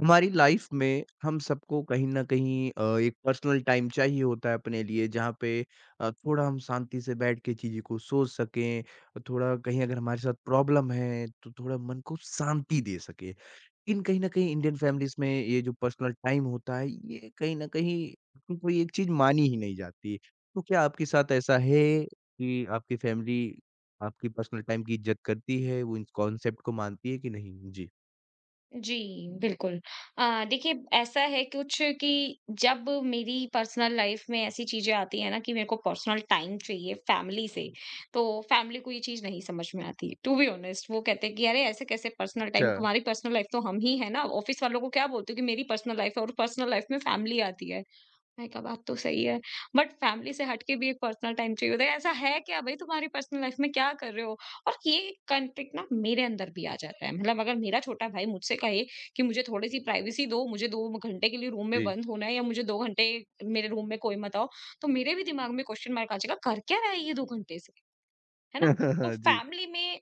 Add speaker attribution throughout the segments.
Speaker 1: हमारी लाइफ में हम सबको कहीं न कहीं एक पर्सनल टाइम चाहिए होता है अपने लिए जहाँ पे थोड़ा हम शांति से बैठ के चीज़ें को सोच सकें, और थोड़ा कहीं अगर हमारे साथ प्रॉब्लम है तो थोड़ा मन को शांति दे सके। लेकिन कहीं न कहीं इंडियन फैमिलीज़ में ये जो पर्सनल टाइम होता है ये कहीं न कहीं को कोई एक चीज़ मानी ही नहीं जाती। तो क्या आपके साथ ऐसा है कि आपकी फैमिली आपकी पर्सनल टाइम की इज़्ज़त करती है, वो इस कॉन्सेप्ट को मानती है कि नहीं? जी।
Speaker 2: जी, बिल्कुल। देखिए ऐसा है कुछ कि जब मेरी पर्सनल लाइफ़ में ऐसी चीज़ें आती हैं ना कि मेरे को पर्सनल टाइम चाहिए फैमिली से, तो फैमिली को ये चीज़ नहीं समझ में आती, टू बी ऑनेस्ट। वो कहते हैं कि अरे ऐसे कैसे पर्सनल
Speaker 1: अच्छा,
Speaker 2: टाइम, तुम्हारी पर्सनल लाइफ़ तो हम ही हैं ना, ऑफ़िस वालों को क्या बोलते हो कि मेरी पर्सनल लाइफ़ है और पर्सनल लाइफ़ में फैमिली आती है। है का बात तो सही है। बट फैमिली से हट के भी एक पर्सनल टाइम चाहिए होता है। ऐसा है क्या भई तुम्हारी पर्सनल लाइफ़ में क्या कर रहे हो? और ये कॉन्फ्लिक्ट ना मेरे अंदर भी आ जाता है। मतलब अगर मेरा छोटा भाई मुझसे कहे कि मुझे थोड़ी-सी प्राइवेसी दो, मुझे 2 घंटे के लिए रूम में
Speaker 1: जी।
Speaker 2: बंद होना है या मुझे 2 घंटे मेरे रूम में कोई मत आओ, तो मेरे भी दिमाग में क्वेश्चन मार्क आ जाएगा, कर क्या रहा है ये 2 घंटे से? है ना? तो
Speaker 1: जी।
Speaker 2: फैमिली में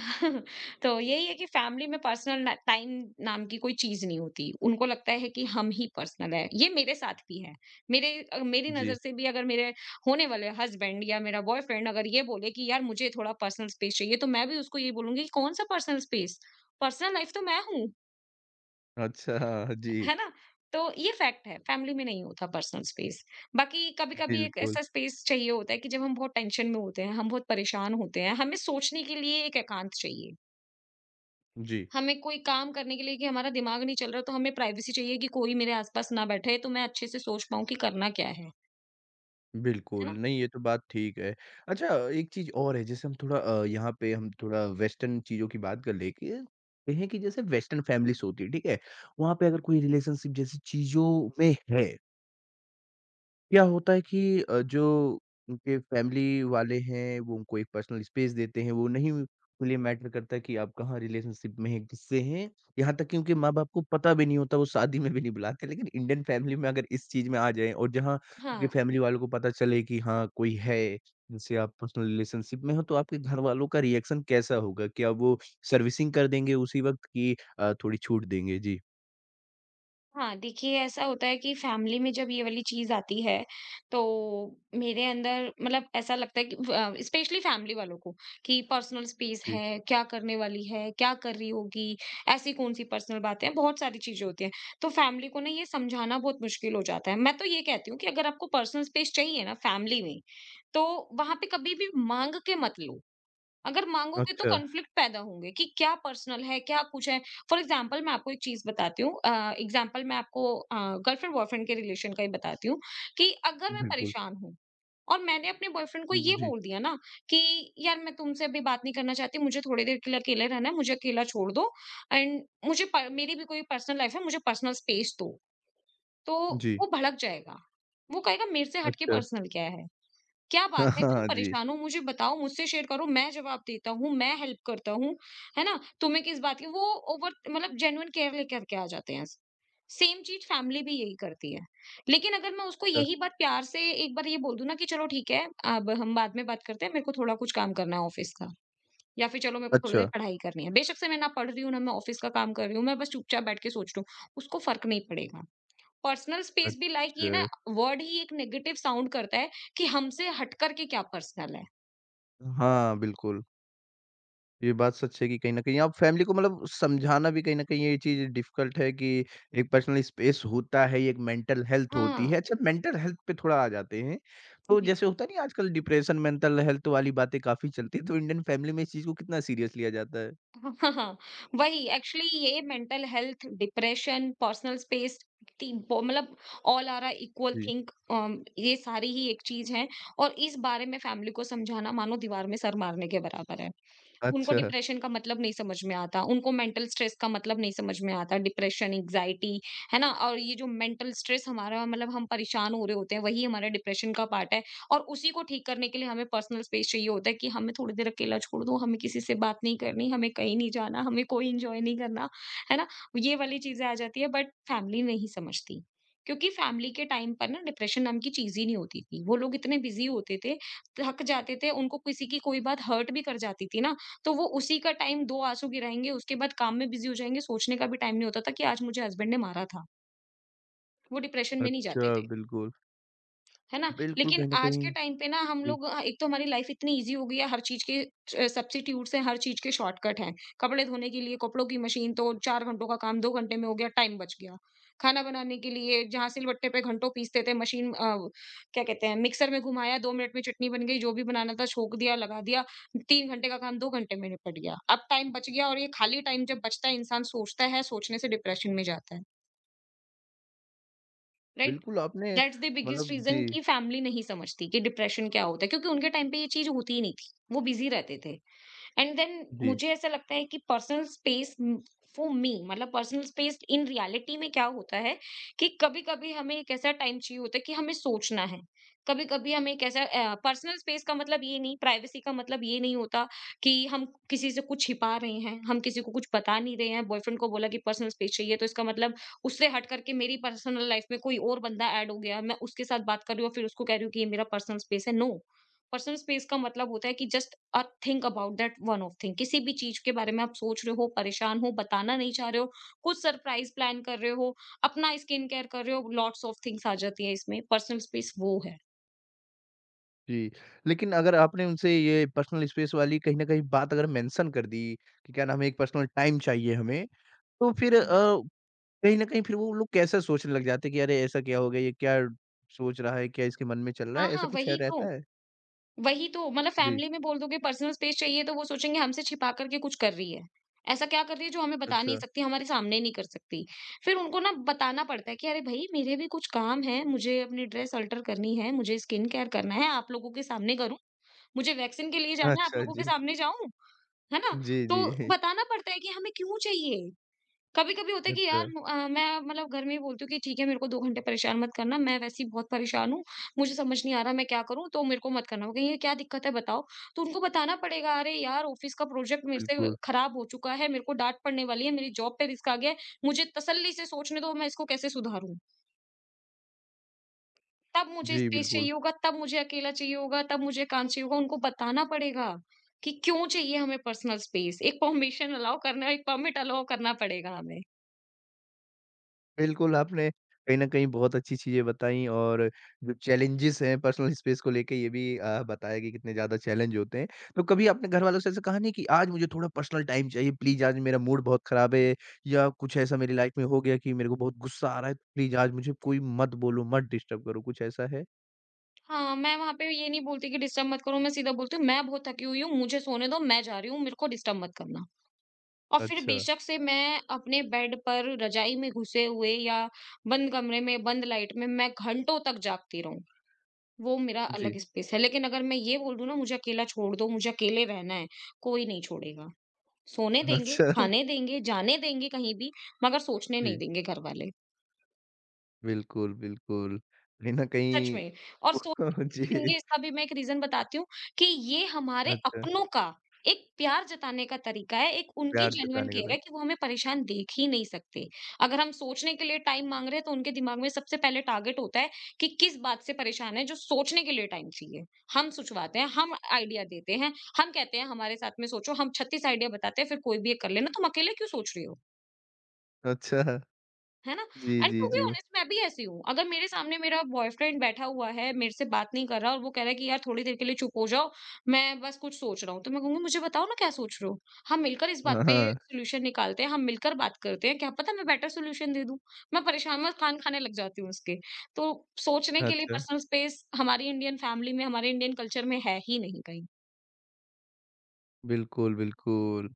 Speaker 2: तो यही है कि फैमिली में पर्सनल ना, टाइम नाम की कोई चीज नहीं होती। उनको लगता है कि हम ही पर्सनल है। ये मेरे साथ भी है। मेरे मेरी
Speaker 1: जी।
Speaker 2: नजर से भी अगर मेरे होने वाले हस्बैंड या मेरा बॉयफ्रेंड अगर ये बोले कि यार मुझे थोड़ा पर्सनल स्पेस चाहिए, तो मैं भी उसको ये बोलूंगी कि कौन सा पर्सनल स्पेस, पर्सनल लाइफ तो मैं हूँ।
Speaker 1: अच्छा, जी।
Speaker 2: है ना? तो ये फैक्ट है, फैमिली में नहीं होता पर्सनल स्पेस। बाकी कभी कभी एक
Speaker 1: बिल्कुल,
Speaker 2: ऐसा स्पेस चाहिए होता है कि जब हम बहुत टेंशन में होते हैं, हम बहुत परेशान होते हैं, हमें सोचने के लिए एक एकांत चाहिए।
Speaker 1: जी।
Speaker 2: हमें कोई काम करने के लिए कि हमारा दिमाग नहीं चल रहा, तो हमें प्राइवेसी चाहिए कि कोई मेरे आस-पास ना बैठे तो मैं अच्छे से सोच पाऊँ कि करना क्या है
Speaker 1: बिल्कुल,
Speaker 2: ना?
Speaker 1: नहीं ये तो बात ठीक है। अच्छा, एक चीज़ और है जैसे हम थोड़ा यहाँ पे हम थोड़ा वेस्टर्न चीज़ों की बात कर ले के कहें कि जैसे वेस्टर्न फैमिलीज़ होती है, ठीक है? वहाँ पे अगर कोई रिलेशनशिप जैसी चीज़ों में है क्या होता है कि जो उनके फैमिली वाले हैं वो उनको एक पर्सनल स्पेस देते हैं, वो नहीं उन्हें मैटर करता कि आप कहाँ रिलेशनशिप में हैं, किससे हैं, यहाँ तक कि उनके माँ-बाप को पता भी नहीं होता, वो शादी में भी नहीं बुलाते। लेकिन इंडियन फैमिली में अगर इस चीज़ में आ जाएँ और जहाँ उनके
Speaker 2: हाँ,
Speaker 1: फैमिली वालों को पता चले कि हाँ, कोई है जिनसे आप पर्सनल रिलेशनशिप में हो, तो आपके घरवालों का रिएक्शन कैसा होगा? क्या वो सर्विसिंग कर देंगे उसी वक़्त कि थोड़ी छूट देंगे? जी,
Speaker 2: हाँ, देखिए ऐसा होता है कि फैमिली में जब ये वाली चीज़ आती है, तो मेरे अंदर मतलब ऐसा लगता है कि स्पेशली फैमिली वालों को कि पर्सनल स्पेस
Speaker 1: जी।
Speaker 2: है, क्या करने वाली है, क्या कर रही होगी, ऐसी कौन-सी पर्सनल बातें हैं, बहुत सारी चीज़ें होती हैं। तो फैमिली को ना ये समझाना बहुत मुश्किल हो जाता है। मैं तो ये कहती हूँ कि अगर आपको पर्सनल स्पेस चाहिए ना फैमिली में, तो वहाँ पे कभी भी माँग के मत लो। अगर मांगोगे तो
Speaker 1: अच्छा,
Speaker 2: कॉन्फ्लिक्ट पैदा होंगे कि क्या पर्सनल है क्या कुछ है। फॉर एग्जाम्पल मैं आपको एक चीज बताती हूँ, एग्जाम्पल मैं आपको गर्लफ्रेंड बॉयफ्रेंड के रिलेशन का ही बताती हूँ कि अगर मैं
Speaker 1: बिल्कुल।
Speaker 2: परेशान हूँ और मैंने अपने बॉयफ्रेंड को ये
Speaker 1: जी,
Speaker 2: बोल दिया ना कि यार मैं तुमसे अभी बात नहीं करना चाहती, मुझे थोड़ी देर के लिए अकेले रहना है, मुझे अकेला छोड़ दो, एंड मेरी भी कोई पर्सनल लाइफ है, मुझे पर्सनल स्पेस दो, तो
Speaker 1: जी,
Speaker 2: वो भड़क जाएगा। वो कहेगा मेरे से हटके
Speaker 1: अच्छा।
Speaker 2: पर्सनल क्या है, क्या
Speaker 1: हाँ,
Speaker 2: बात है? क्यों
Speaker 1: हाँ, जी।
Speaker 2: परेशान हो? मुझे बताओ, मुझसे शेयर करो, मैं जवाब देता हूँ, मैं हेल्प करता हूँ, है ना? तुम्हें किस बात की वो ओवर मतलब जेन्युइन केयर लेकर के आ जाते हैं। सेम चीज़ फैमिली भी यही करती है। लेकिन अगर मैं उसको
Speaker 1: अ,
Speaker 2: यही बात प्यार से एक बार ये बोल दूँ ना कि चलो ठीक है, अब हम बाद में बात करते हैं, मेरे को थोड़ा कुछ काम करना है ऑफ़िस का, या फिर चलो मेरे को थोड़ी
Speaker 1: अच्छा,
Speaker 2: देर पढ़ाई करनी है। बेशक से मैं ना पढ़ रही हूँ, ना मैं ऑफ़िस का काम कर रही हूँ, मैं बस चुपचाप बैठ के सोच रही हूँ, उसको फ़र्क नहीं पड़ेगा। पर्सनल स्पेस भी लाइक ये
Speaker 1: अच्छा।
Speaker 2: ना वर्ड ही एक नेगेटिव साउंड करता है कि हमसे हट करके क्या पर्सनल है।
Speaker 1: हाँ, बिल्कुल, ये बात सच है कि कहीं न कहीं आप फैमिली को मतलब समझाना भी कहीं न कहीं ये चीज़ डिफ़िकल्ट है कि एक पर्सनल स्पेस होता है, एक मेंटल हेल्थ होती
Speaker 2: हाँ,
Speaker 1: है। अच्छा, मेंटल हेल्थ पे थोड़ा आ जाते हैं। तो
Speaker 2: जी।
Speaker 1: जैसे होता नहीं है आजकल डिप्रेशन, मेंटल हेल्थ वाली बातें काफ़ी चलती हैं, तो इंडियन फैमिली में इस चीज़ को कितना सीरियस लिया जाता है?
Speaker 2: हाँ, हाँ, वही एक्चुअली ये mental health, depression, personal space, team पो मतलब ऑल आर आर इक्वल
Speaker 1: जी।
Speaker 2: थिंक ये सारी ही एक चीज़ है। और इस बारे में फैमिली को समझाना मानो दीवार में सर मारने के बराबर है। उनको
Speaker 1: अच्छा,
Speaker 2: डिप्रेशन का मतलब नहीं समझ में आता, उनको मेंटल स्ट्रेस का मतलब नहीं समझ में आता, डिप्रेशन, एंग्ज़ायटी, है ना? और ये जो मेंटल स्ट्रेस हमारा मतलब हम परेशान हो रहे होते हैं, वही हमारा डिप्रेशन का पार्ट है, और उसी को ठीक करने के लिए हमें पर्सनल स्पेस चाहिए होता है कि हमें थोड़ी देर अकेला छोड़ दो, हमें किसी से बात नहीं करनी, हमें कहीं नहीं जाना, हमें कोई एन्जॉय नहीं करना, है ना? ये वाली चीज़ें आ जाती है, बट फैमिली नहीं समझती, क्योंकि फैमिली के टाइम पर ना डिप्रेशन नाम की चीज़ ही नहीं होती थी। वो लोग इतने बिज़ी होते थे, थक जाते थे, उनको किसी की कोई बात हर्ट भी कर जाती थी ना, तो वो उसी का टाइम 2 आँसू गिराएँगे, उसके बाद काम में बिज़ी हो जाएँगे, सोचने का भी टाइम नहीं होता था कि आज मुझे हस्बैंड ने मारा था। वो डिप्रेशन में नहीं
Speaker 1: अच्छा,
Speaker 2: जाते थे।
Speaker 1: बिल्कुल।
Speaker 2: है ना?
Speaker 1: बिल्कुल,
Speaker 2: लेकिन
Speaker 1: कहीं न
Speaker 2: आज
Speaker 1: कहीं
Speaker 2: के टाइम पे ना हम
Speaker 1: जी,
Speaker 2: लोग एक तो हमारी लाइफ इतनी ईज़ी हो गई है, हर चीज़ के सब्स्टिट्यूट्स हैं, हर चीज़ के शॉर्टकट हैं। कपड़े धोने के लिए कपड़ों की मशीन तो 4 घंटों का काम 2 घंटे में हो गया, टाइम बच गया। खाना बनाने के लिए जहाँ सिलबट्टे पे घंटों पीसते थे, मशीन क्या कहते हैं, मिक्सर में घुमाया, 2 मिनट में चटनी बन गई, जो भी बनाना था छोंक दिया, लगा दिया। 3 घंटे का काम 2 घंटे में निपट गया। अब टाइम बच गया और ये खाली टाइम जब बचता है, इंसान सोचता है, सोचने से डिप्रेशन में जाता है। राइट?
Speaker 1: बिल्कुल आपने
Speaker 2: दैट्स द बिगेस्ट
Speaker 1: मतलब
Speaker 2: रीज़न
Speaker 1: जी,
Speaker 2: कि फैमिली नहीं समझती कि डिप्रेशन क्या होता है, क्योंकि उनके टाइम पे ये चीज़ होती ही नहीं थी, वो बिज़ी रहते थे। एंड देन
Speaker 1: जी।
Speaker 2: मुझे ऐसा लगता है कि पर्सनल स्पेस, फॉर मी मतलब पर्सनल स्पेस इन रियलिटी में क्या होता है कि कभी कभी हमें एक ऐसा टाइम चाहिए होता है कि हमें सोचना है, कभी कभी हमें एक ऐसा पर्सनल स्पेस का मतलब ये नहीं, प्राइवेसी का मतलब ये नहीं होता कि हम किसी से कुछ छिपा रहे हैं, हम किसी को कुछ बता नहीं रहे हैं। बॉयफ्रेंड को बोला कि पर्सनल स्पेस चाहिए तो इसका मतलब उससे हट करके मेरी पर्सनल लाइफ में कोई और बंदा ऐड हो गया, मैं उसके साथ बात कर रही हूँ और फिर उसको कह रही हूँ कि ये मेरा पर्सनल स्पेस है, नो। पर्सनल स्पेस का मतलब होता है कि just a think about that one of thing, किसी भी चीज के बारे में आप सोच रहे हो, परेशान हो, बताना नहीं चाह रहे हो, कुछ सरप्राइज प्लान कर रहे हो, अपना स्किन केयर कर रहे हो, लॉट्स ऑफ थिंग्स आ जाती है इसमें, पर्सनल स्पेस वो है।
Speaker 1: जी, लेकिन अगर आपने उनसे ये पर्सनल स्पेस वाली कहीं न कहीं बात अगर मेंशन कर दी कि क्या नाम है एक पर्सनल टाइम चाहिए हमें, तो फिर
Speaker 2: हम्म,
Speaker 1: कहीं न कहीं फिर वो लोग कैसे सोचने लग जाते हैं कि अरे ऐसा क्या हो गया? ये क्या सोच रहा है? क्या इसके मन में चल रहा
Speaker 2: हाँ
Speaker 1: है?
Speaker 2: हाँ
Speaker 1: ऐसा कुछ है
Speaker 2: वही तो
Speaker 1: रहता है?
Speaker 2: वही तो मतलब
Speaker 1: जी,
Speaker 2: फैमिली में बोल दोगे पर्सनल स्पेस चाहिए तो वो सोचेंगे हमसे छिपा करके कुछ कर रही है, ऐसा क्या कर रही है जो हमें बता नहीं
Speaker 1: अच्छा।
Speaker 2: सकती, हमारे सामने नहीं कर सकती। फिर उनको ना बताना पड़ता है कि अरे भाई मेरे भी कुछ काम है, मुझे अपनी ड्रेस अल्टर करनी है, मुझे स्किन केयर करना है, आप लोगों के सामने करूं? मुझे वैक्सीन के लिए जाना है, आप
Speaker 1: अच्छा
Speaker 2: लोगों के
Speaker 1: जी।
Speaker 2: सामने जाऊँ? है ना?
Speaker 1: जी,
Speaker 2: तो
Speaker 1: जी।
Speaker 2: बताना पड़ता है कि हमें क्यों चाहिए। कभी-कभी होता है कि
Speaker 1: अच्छा,
Speaker 2: मैं मतलब घर में ही बोलती हूँ कि ठीक है मेरे को 2 घंटे परेशान मत करना, मैं वैसे ही बहुत परेशान हूँ, मुझे समझ नहीं आ रहा मैं क्या करूँ, तो मेरे को मत करना। वो कहेंगे ये क्या दिक्कत है बताओ? तो उनको बताना पड़ेगा अरे यार ऑफ़िस का प्रोजेक्ट मेरे से
Speaker 1: बिल्कुल।
Speaker 2: खराब हो चुका है, मेरे को डाँट पड़ने वाली है, मेरी जॉब पे रिस्क आ गया है, मुझे तसल्ली से सोचने दो मैं इसको कैसे सुधारूँ। तब मुझे
Speaker 1: जी,
Speaker 2: स्पेस
Speaker 1: बिल्कुल।
Speaker 2: चाहिए होगा, तब मुझे अकेला चाहिए होगा, तब मुझे काम चाहिए होगा, उनको बताना पड़ेगा कि क्यों चाहिए हमें पर्सनल स्पेस। एक परमिशन अलाउ करना एक परमिट अलाउ करना पड़ेगा हमें।
Speaker 1: बिल्कुल, आपने कहीं न कहीं बहुत अच्छी चीज़ें बताई और जो चैलेंजेज़ हैं पर्सनल स्पेस को लेके ये भी बताया कि कितने ज़्यादा चैलेंज होते हैं। तो कभी आपने घरवालों से ऐसा कहा नहीं कि आज मुझे थोड़ा पर्सनल टाइम चाहिए प्लीज़ आज मेरा मूड बहुत ख़राब है या कुछ ऐसा मेरी लाइफ़ में हो गया कि मेरे को बहुत गुस्सा आ रहा है तो प्लीज़ आज मुझे कोई मत बोलो, मत डिस्टर्ब करो, कुछ ऐसा है?
Speaker 2: हाँ, मैं वहाँ पे ये नहीं बोलती कि डिस्टर्ब मत करो, मैं सीधा बोलती हूँ, "मैं बहुत थकी हुई हूँ, मुझे सोने दो, मैं जा रही हूँ, मेरे को डिस्टर्ब मत करना।" और फिर
Speaker 1: अच्छा।
Speaker 2: बेशक से मैं अपने बेड पर रज़ाई में घुसे हुए या बंद कमरे में, बंद लाइट में मैं घंटों तक जागती रहूँ, वो मेरा
Speaker 1: जी। अच्छा।
Speaker 2: अलग स्पेस है। लेकिन अगर मैं ये बोल दूँ ना, "मुझे अकेला छोड़ दो, मुझे अकेले रहना है।" कोई नहीं छोड़ेगा। सोने देंगे, खाने देंगे, जाने देंगे कहीं भी, मगर सोचने नहीं
Speaker 1: जी,
Speaker 2: देंगे घरवाले,
Speaker 1: बिल्कुल, बिल्कुल। कहीं न
Speaker 2: सच
Speaker 1: कहीं
Speaker 2: में। और सोचने नहीं
Speaker 1: जी,
Speaker 2: देंगे इसका भी मैं एक रीज़न बताती हूँ कि ये हमारे
Speaker 1: अच्छा,
Speaker 2: अपनों का एक प्यार जताने का तरीका है, एक उनकी
Speaker 1: प्यार
Speaker 2: जेन्युइन
Speaker 1: जताने का
Speaker 2: केयर
Speaker 1: था।
Speaker 2: है कि वो हमें परेशान देख ही नहीं सकते। अगर हम सोचने के लिए टाइम माँग रहे हैं, तो उनके दिमाग में सबसे पहले टारगेट होता है कि किस बात से परेशान है, जो सोचने के लिए टाइम चाहिए। हम सुझवाते हैं, हम आइडिया देते हैं, हम कहते हैं, "हमारे साथ में सोचो।" हम 36 आइडिया बताते हैं, फिर कोई भी एक कर लेना, "तुम अकेले क्यों सोच रही हो?"
Speaker 1: अच्छा,
Speaker 2: है ना?
Speaker 1: जी,
Speaker 2: एंड
Speaker 1: जी,
Speaker 2: टू बी
Speaker 1: जी।
Speaker 2: ऑनेस्ट मैं भी ऐसी हूँ। अगर मेरे सामने मेरा बॉयफ्रेंड बैठा हुआ है, मेरे से बात नहीं कर रहा और वो कह रहा है कि यार थोड़ी देर के लिए चुप हो जाओ, मैं बस कुछ सोच रहा हूँ। तो मैं कहूँगी मुझे बताओ ना क्या सोच रहे हो? हम मिलकर इस
Speaker 1: हाँ,
Speaker 2: बात पे
Speaker 1: हाँ।
Speaker 2: सॉल्यूशन निकालते हैं, हम मिलकर बात करते हैं, क्या पता मैं बेटर सॉल्यूशन दे दूँ। मैं परेशान मैं खान खाने लग जाती हूँ उसके। तो सोचने के लिए
Speaker 1: अच्छा।
Speaker 2: पर्सनल स्पेस हमारी इंडियन फैमिली में, हमारे इंडियन कल्चर में है ही नहीं कहीं।
Speaker 1: बिल्कुल, बिल्कुल।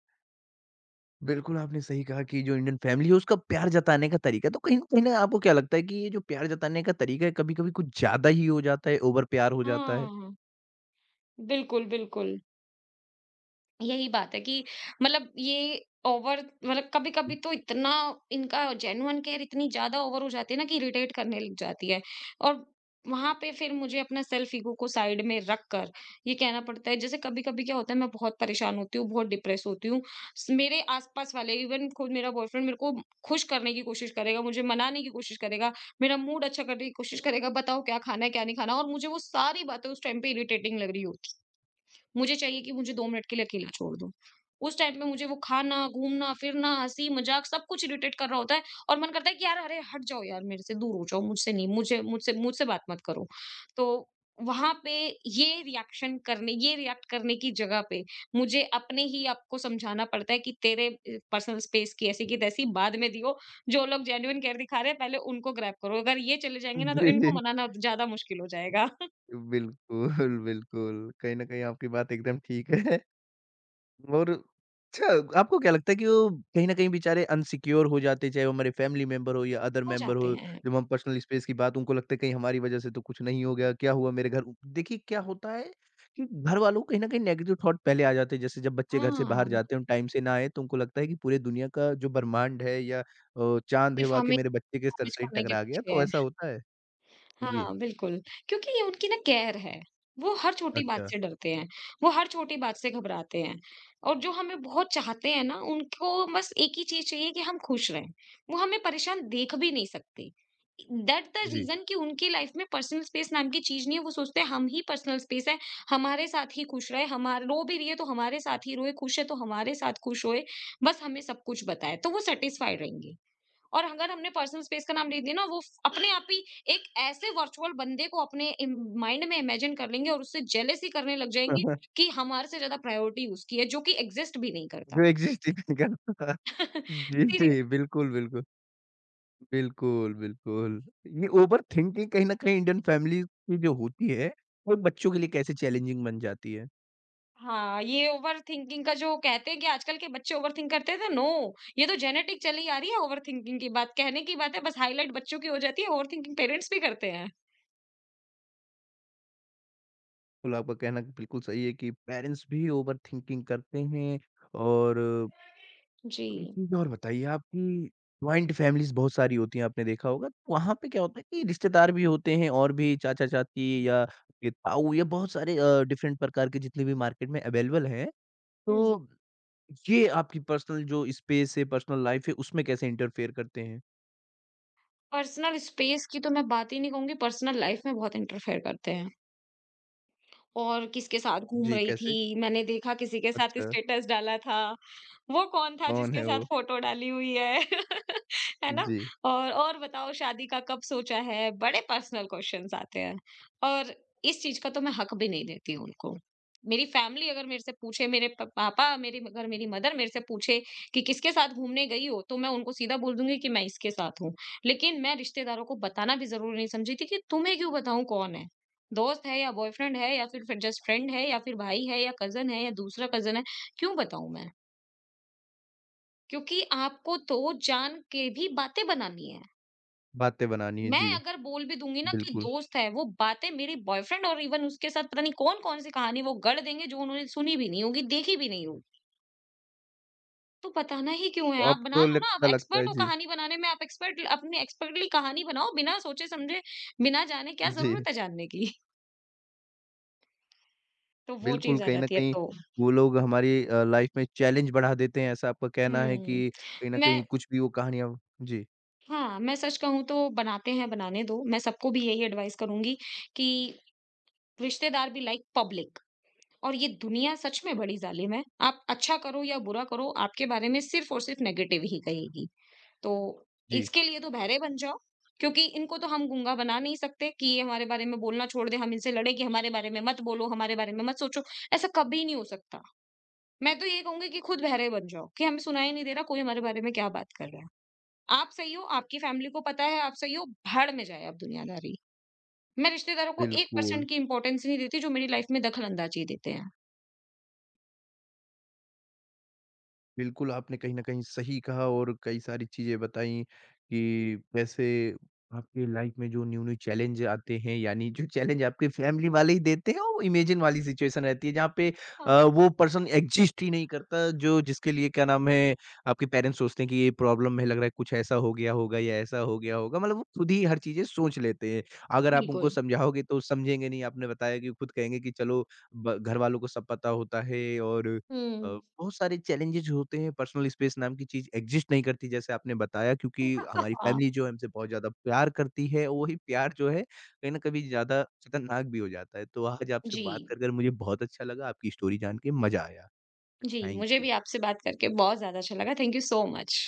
Speaker 1: बिल्कुल, आपने सही कहा कि जो इंडियन फैमिली है उसका प्यार जताने का तरीका तो कहीं न कहीं ना आपको क्या लगता है कि ये जो प्यार जताने का तरीका है कभी-कभी कुछ ज़्यादा ही हो जाता है, ओवर प्यार हो जाता है?
Speaker 2: हाँ, बिल्कुल, बिल्कुल। यही बात है कि मतलब ये ओवर मतलब कभी
Speaker 1: जी।
Speaker 2: कभी तो इतना इनका जेन्युइन केयर इतनी ज्यादा ओवर हो जाती है ना कि इरिटेट करने लग जाती है और वहां पे फिर मुझे अपना सेल्फ ईगो को साइड में रख कर ये कहना पड़ता है, जैसे कभी कभी क्या होता है, मैं बहुत परेशान होती हूँ, बहुत डिप्रेस होती हूँ। मेरे आसपास वाले, इवन खुद मेरा बॉयफ्रेंड, मेरे को खुश करने की कोशिश करेगा, मुझे मनाने की कोशिश करेगा, मेरा मूड अच्छा करने की कोशिश करेगा, बताओ क्या खाना है क्या नहीं खाना, और मुझे वो सारी बातें उस टाइम पे इरिटेटिंग लग रही होती। मुझे चाहिए कि मुझे 2 मिनट के लिए अकेला छोड़ दो। उस टाइम पे मुझे वो खाना, घूमना, फिरना, हँसी-मज़ाक सब कुछ इरिटेट कर रहा होता है, और मन करता है कि यार अरे हट जाओ यार मेरे से, दूर हो जाओ, मुझसे नहीं, मुझे मुझसे मुझसे बात मत करो। तो वहाँ पे ये रिएक्ट करने की जगह पे मुझे अपने ही आप को समझाना पड़ता है कि तेरे पर्सनल स्पेस की ऐसी की तैसी बाद में दियो। जो लोग जेन्युइन केयर दिखा रहे हैं पहले उनको ग्रैब करो। अगर ये चले जाएंगे ना तो इनको मनाना ज़्यादा मुश्किल हो जाएगा।
Speaker 1: जी, बिल्कुल, बिल्कुल। कहीं न कहीं आपकी बात एकदम ठीक है। और अच्छा आपको क्या लगता है कि वो कहीं न कहीं बेचारे अनसिक्योर हो जाते, चाहे वो हमारे फ़ैमिली मेंबर हो या अदर
Speaker 2: हो
Speaker 1: मेंबर
Speaker 2: जाते
Speaker 1: हो,
Speaker 2: हैं।
Speaker 1: जब हम पर्सनल स्पेस की बात उनको लगता है कहीं हमारी वज़ह से तो कुछ नहीं हो गया, क्या हुआ मेरे घर देखिए क्या होता है कि घर वालों को कहीं न कहीं नेगेटिव थॉट पहले आ जाते हैं, जैसे जब बच्चे घर से बाहर
Speaker 2: हाँ,
Speaker 1: जाते हैं, टाइम से ना आए तो उनको लगता है कि पूरे दुनिया का जो ब्रह्मांड है या चाँद है
Speaker 2: सिर्फ
Speaker 1: वाक़ई
Speaker 2: हमें
Speaker 1: मेरे बच्चे के सर
Speaker 2: डैमेज
Speaker 1: से ही
Speaker 2: करने के
Speaker 1: टकरा गया,
Speaker 2: पीछे
Speaker 1: तो
Speaker 2: है।
Speaker 1: ऐसा होता है? जी।
Speaker 2: हाँ, बिल्कुल, क्योंकि ये उनकी ना कैर है। वो हर छोटी बात
Speaker 1: अच्छा,
Speaker 2: से डरते हैं, वो हर छोटी बात से घबराते हैं और जो हमें बहुत चाहते हैं ना, उनको बस एक ही चीज़ चाहिए कि हम खुश रहें। वो हमें परेशान देख भी नहीं सकते। That the
Speaker 1: ji.
Speaker 2: रीज़न कि उनकी लाइफ़ में पर्सनल स्पेस नाम की चीज़ नहीं है, वो सोचते हैं हम ही पर्सनल स्पेस है, हमारे साथ ही खुश रहे, हमार रो भी रही है तो हमारे साथ ही रोए, खुश है तो हमारे साथ खुश होए, बस हमें सब कुछ बताए, तो वो सैटिस्फाइड रहेंगे। और अगर हमने पर्सनल स्पेस का नाम ले दिया ना, वो अपने आप ही एक ऐसे वर्चुअल बंदे को अपने माइंड में इमेजिन कर लेंगे और उससे जेलेसी करने लग जाएंगे कि हमारे से ज्यादा प्रायोरिटी उसकी है जो कि एग्जिस्ट भी नहीं करता।
Speaker 1: जो एक्सिस्ट ही नहीं करता। जी,
Speaker 2: सीरियस।
Speaker 1: जी, बिल्कुल, बिल्कुल। बिल्कुल, बिल्कुल। ये ओवरथिंकिंग कहीं न कहीं इंडियन फैमिली की जो होती है, वो बच्चों के लिए कैसे चैलेंजिंग बन जाती है?
Speaker 2: हाँ, ये ओवर थिंकिंग का, जो कहते हैं कि आजकल के बच्चे ओवर थिंक करते थे, नो, ये तो जेनेटिक चली आ रही है, ओवर थिंकिंग की बात, कहने की बात है, बस हाईलाइट बच्चों की हो जाती है, ओवर थिंकिंग पेरेंट्स भी करते हैं।
Speaker 1: बिल्कुल आपका कहना बिल्कुल सही है कि पेरेंट्स भी ओवरथिंकिंग करते हैं और
Speaker 2: जी।
Speaker 1: एक चीज़ और बताइए आप कि जॉइंट फैमिलीज़ बहुत सारी होती हैं, आपने देखा होगा। तो वहाँ पे क्या होता है कि रिश्तेदार भी होते हैं और भी चाचा-चाची या ये ताऊ या बहुत सारे डिफरेंट प्रकार के जितने भी मार्केट में अवेलेबल हैं। तो ये आपकी पर्सनल जो स्पेस है, पर्सनल लाइफ़ है, उसमें कैसे इंटरफेयर करते हैं?
Speaker 2: पर्सनल स्पेस की तो मैं बात ही नहीं कहूंगी, पर्सनल लाइफ में बहुत इंटरफेयर करते हैं। और किसके साथ घूम
Speaker 1: जी,
Speaker 2: रही
Speaker 1: कैसे?
Speaker 2: थी, मैंने देखा किसी के साथ
Speaker 1: अच्छा,
Speaker 2: स्टेटस डाला था। वो कौन था
Speaker 1: कौन
Speaker 2: जिसके
Speaker 1: है
Speaker 2: साथ
Speaker 1: वो?
Speaker 2: फोटो डाली हुई है? है ना?
Speaker 1: जी,
Speaker 2: और बताओ शादी का कब सोचा है? बड़े पर्सनल क्वेश्चन्स आते हैं। और इस चीज़ का तो मैं हक भी नहीं देती हूँ उनको। मेरी फैमिली अगर मेरे से पूछे, मेरे प पापा, मेरी अगर मेरी मदर मेरे से पूछे कि किसके साथ घूमने गई हो? तो मैं उनको सीधा बोल दूँगी कि मैं इसके साथ हूँ। लेकिन मैं रिश्तेदारों को बताना भी ज़रूरी नहीं समझी थी कि तुम्हें क्यों बताऊँ कौन है? दोस्त है, या बॉयफ्रेंड है, या फिर जस्ट फ्रेंड है, या फिर भाई है, या कज़िन है, या दूसरा कज़िन है, क्यों बताऊँ मैं? क्योंकि आपको तो जान के भी बातें बनानी है।
Speaker 1: बातें बनानी है,
Speaker 2: मैं
Speaker 1: जी,
Speaker 2: अगर बोल भी दूँगी ना कि
Speaker 1: बिल्कुल।
Speaker 2: दोस्त है, वो बातें मेरी बॉयफ्रेंड और इवन उसके साथ, पता नहीं कौन-कौन सी कहानी वो गढ़ देंगे जो उन्होंने सुनी भी नहीं होगी, देखी भी नहीं होगी। तो बताना ही क्यों है?
Speaker 1: तो
Speaker 2: आप बना
Speaker 1: आपको
Speaker 2: लो
Speaker 1: लग
Speaker 2: ना, आप
Speaker 1: क्या लगता है?
Speaker 2: एक्सपर्ट हो
Speaker 1: जी,
Speaker 2: कहानी बनाने में, आप एक्सपर्ट अपनी एक्सपर्टली कहानी बनाओ बिना सोचे-समझे, बिना जाने। क्या
Speaker 1: जी,
Speaker 2: ज़रूरत है जानने की? तो वो
Speaker 1: बिल्कुल,
Speaker 2: चीज़ आ
Speaker 1: कहीं न
Speaker 2: जाती है,
Speaker 1: कहीं
Speaker 2: तो।
Speaker 1: वो लोग हमारी लाइफ़ में चैलेंज बढ़ा देते हैं, ऐसा आपका कहना है
Speaker 2: हुँ,
Speaker 1: कि कहीं न
Speaker 2: मैं
Speaker 1: कहीं कुछ भी वो कहानियाँ जी,
Speaker 2: हाँ, मैं सच कहूँ तो बनाते हैं, बनाने दो। मैं सबको भी यही एडवाइस करूँगी कि रिश्तेदार भी लाइक पब्लिक। और ये दुनिया सच में बड़ी ज़ालिम है। आप अच्छा करो या बुरा करो, आपके बारे में सिर्फ़ और सिर्फ़ नेगेटिव ही कहेगी। तो
Speaker 1: जी,
Speaker 2: इसके लिए तो बहरे बन जाओ, क्योंकि इनको तो हम गूँगा बना नहीं सकते कि ये हमारे बारे में बोलना छोड़ दे, हम इनसे लड़ें कि हमारे बारे में मत बोलो, हमारे बारे में मत सोचो। ऐसा कभी नहीं हो सकता। मैं तो ये कहूँगी कि खुद बहरे बन जाओ, कि हमें सुनाई नहीं दे रहा कोई हमारे बारे में क्या बात कर रहा है। आप सही हो, आपकी फैमिली को पता है आप सही हो, भाड़ में जाए आप दुनियादारी। मैं रिश्तेदारों को
Speaker 1: बिल्कुल।
Speaker 2: 1% की इम्पोर्टेंस नहीं देती जो मेरी लाइफ़ में दखल अंदाज़ी देते हैं।
Speaker 1: बिल्कुल, आपने कहीं न कहीं सही कहा और कई सारी चीज़ें बताई कि कैसे आपकी लाइफ़ में जो न्यू-न्यू चैलेंज आते हैं, यानी जो चैलेंज आपके फैमिली वाले ही देते हैं और वो इमेजिन वाली सिचुएशन रहती है जहाँ पे
Speaker 2: हाँ,
Speaker 1: वो पर्सन एक्जिस्ट ही नहीं करता जो जिसके लिए क्या नाम है आपके पेरेंट्स सोचते हैं कि ये प्रॉब्लम है, लग रहा है कुछ ऐसा हो गया होगा या ऐसा हो गया होगा, मतलब वो खुद ही हर चीज़ें सोच लेते हैं। अगर आप उनको
Speaker 2: बिल्कुल।
Speaker 1: समझाओगे तो समझेंगे नहीं, आपने बताया कि खुद कहेंगे कि चलो ब घरवालों को सब पता होता है और अ,
Speaker 2: हुँ।
Speaker 1: बहुत सारे चैलेंजेज़ होते हैं, पर्सनल स्पेस नाम की चीज़ एग्ज़िस्ट नहीं करती जैसे आपने बताया क्योंकि हमारी
Speaker 2: हाँ,
Speaker 1: फ़ैमिली जो है हमसे बहुत ज़्यादा प्यार करती है, और वही प्यार जो है कहीं न कभी ज़्यादा खतरनाक भी हो जाता है। तो आज आपसे
Speaker 2: जी।
Speaker 1: बात कर मुझे बहुत अच्छा लगा, आपकी स्टोरी जान के मज़ा आया।
Speaker 2: जी,
Speaker 1: थैंक
Speaker 2: मुझे
Speaker 1: यू।
Speaker 2: भी आपसे बात करके बहुत ज़्यादा अच्छा लगा। Thank you so much.